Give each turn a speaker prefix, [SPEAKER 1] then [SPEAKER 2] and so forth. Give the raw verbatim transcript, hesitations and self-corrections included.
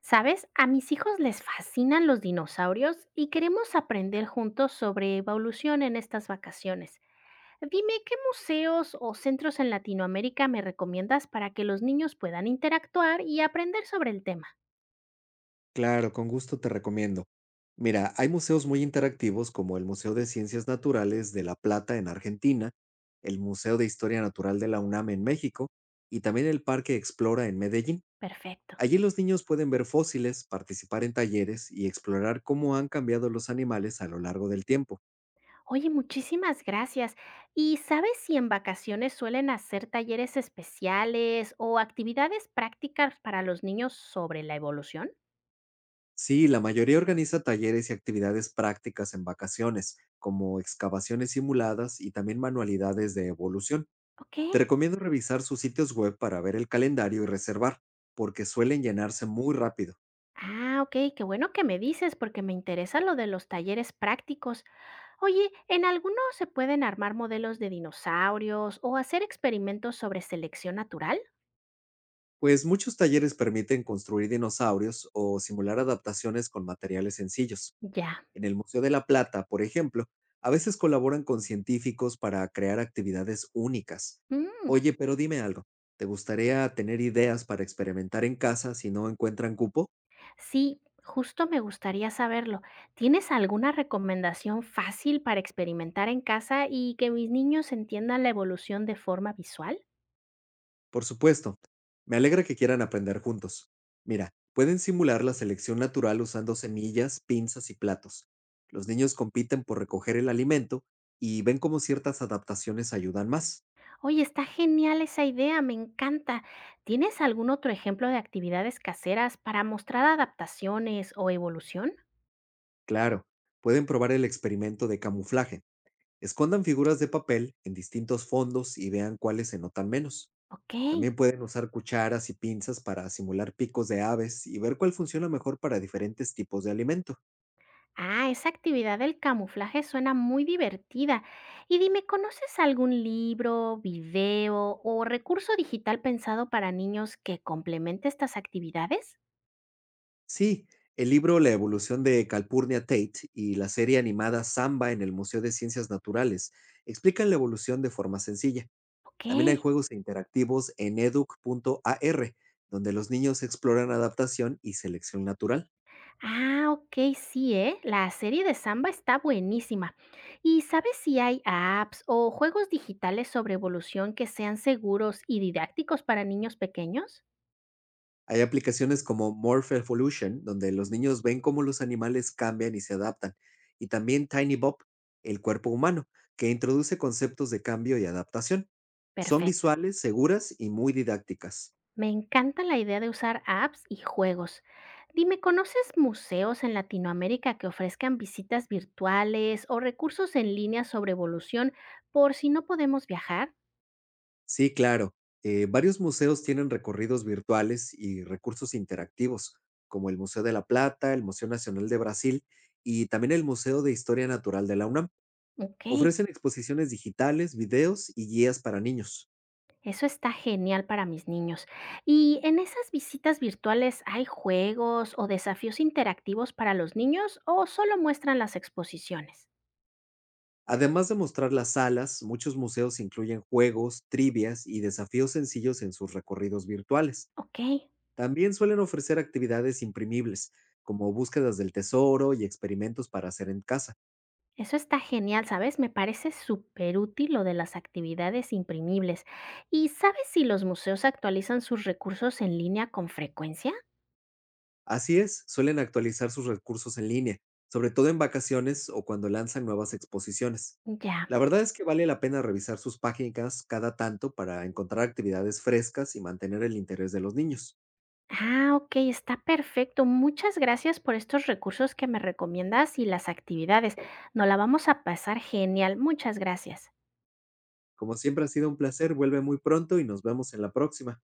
[SPEAKER 1] ¿Sabes? A mis hijos les fascinan los dinosaurios y queremos aprender juntos sobre evolución en estas vacaciones. Dime, ¿qué museos o centros en Latinoamérica me recomiendas para que los niños puedan interactuar y aprender sobre el tema?
[SPEAKER 2] Claro, con gusto te recomiendo. Mira, hay museos muy interactivos como el Museo de Ciencias Naturales de La Plata en Argentina, el Museo de Historia Natural de la U N A M en México y también el Parque Explora en Medellín.
[SPEAKER 1] Perfecto.
[SPEAKER 2] Allí los niños pueden ver fósiles, participar en talleres y explorar cómo han cambiado los animales a lo largo del tiempo.
[SPEAKER 1] Oye, muchísimas gracias. ¿Y sabes si en vacaciones suelen hacer talleres especiales o actividades prácticas para los niños sobre la evolución?
[SPEAKER 2] Sí, la mayoría organiza talleres y actividades prácticas en vacaciones, como excavaciones simuladas y también manualidades de evolución.
[SPEAKER 1] Ok.
[SPEAKER 2] Te recomiendo revisar sus sitios web para ver el calendario y reservar, porque suelen llenarse muy rápido,
[SPEAKER 1] Ah, ok, qué bueno que me dices porque me interesa lo de los talleres prácticos. Oye, ¿en alguno se pueden armar modelos de dinosaurios o hacer experimentos sobre selección natural?
[SPEAKER 2] pues muchos talleres permiten construir dinosaurios o simular adaptaciones con materiales sencillos.
[SPEAKER 1] Ya.
[SPEAKER 2] En el Museo de la Plata, por ejemplo, a veces colaboran con científicos para crear actividades únicas.
[SPEAKER 1] Mm.
[SPEAKER 2] Oye, pero dime algo, ¿te gustaría tener ideas para experimentar en casa si no encuentran cupo?
[SPEAKER 1] Sí, justo me gustaría saberlo. ¿Tienes alguna recomendación fácil para experimentar en casa y que mis niños entiendan la evolución de forma visual?
[SPEAKER 2] Por supuesto, me alegra que quieran aprender juntos. Mira, pueden simular la selección natural usando semillas, pinzas y platos. Los niños compiten por recoger el alimento y ven cómo ciertas adaptaciones ayudan más.
[SPEAKER 1] Oye, está genial esa idea, me encanta. ¿Tienes algún otro ejemplo de actividades caseras para mostrar adaptaciones o evolución?
[SPEAKER 2] Claro, pueden probar el experimento de camuflaje. Escondan figuras de papel en distintos fondos y vean cuáles se notan menos.
[SPEAKER 1] Ok.
[SPEAKER 2] También pueden usar cucharas y pinzas para simular picos de aves y ver cuál funciona mejor para diferentes tipos de alimento.
[SPEAKER 1] Ah, esa actividad del camuflaje suena muy divertida. Y dime, ¿conoces algún libro, video o recurso digital pensado para niños que complemente estas actividades?
[SPEAKER 2] Sí, el libro La evolución de Calpurnia Tate y la serie animada Samba en el Museo de Ciencias Naturales explican la evolución de forma sencilla.
[SPEAKER 1] Ok.
[SPEAKER 2] También hay juegos interactivos en educ.ar, donde los niños exploran adaptación y selección natural.
[SPEAKER 1] Ah, ok, sí, ¿eh? La serie de Samba está buenísima. ¿Y sabes si hay apps o juegos digitales sobre evolución que sean seguros y didácticos para niños pequeños?
[SPEAKER 2] Hay aplicaciones como Morph Evolution, donde los niños ven cómo los animales cambian y se adaptan. Y también Tiny Bob, el cuerpo humano, que introduce conceptos de cambio y adaptación. Son
[SPEAKER 1] Perfecto.
[SPEAKER 2] visuales, seguras y muy didácticas.
[SPEAKER 1] Me encanta la idea de usar apps y juegos. Dime, ¿conoces museos en Latinoamérica que ofrezcan visitas virtuales o recursos en línea sobre evolución por si no podemos viajar?
[SPEAKER 2] Sí, claro. Eh, varios museos tienen recorridos virtuales y recursos interactivos, como el Museo de la Plata, el Museo Nacional de Brasil y también el Museo de Historia Natural de la U N A M.
[SPEAKER 1] Ok.
[SPEAKER 2] Ofrecen exposiciones digitales, videos y guías para niños.
[SPEAKER 1] Eso está genial para mis niños. ¿Y en esas visitas virtuales hay juegos o desafíos interactivos para los niños o solo muestran las exposiciones?
[SPEAKER 2] Además de mostrar las salas, muchos museos incluyen juegos, trivias y desafíos sencillos en sus recorridos virtuales.
[SPEAKER 1] Ok,
[SPEAKER 2] También suelen ofrecer actividades imprimibles, como búsquedas del tesoro y experimentos para hacer en casa.
[SPEAKER 1] eso está genial, ¿sabes? Me parece súper útil lo de las actividades imprimibles. ¿Y sabes si los museos actualizan sus recursos en línea con frecuencia?
[SPEAKER 2] Así es, suelen actualizar sus recursos en línea, sobre todo en vacaciones o cuando lanzan nuevas exposiciones.
[SPEAKER 1] Ya.
[SPEAKER 2] La verdad es que vale la pena revisar sus páginas cada tanto para encontrar actividades frescas y mantener el interés de los niños.
[SPEAKER 1] Ah, ok, está perfecto. Muchas gracias por estos recursos que me recomiendas y las actividades. Nos la vamos a pasar genial. Muchas gracias.
[SPEAKER 2] Como siempre ha sido un placer, vuelve muy pronto y nos vemos en la próxima.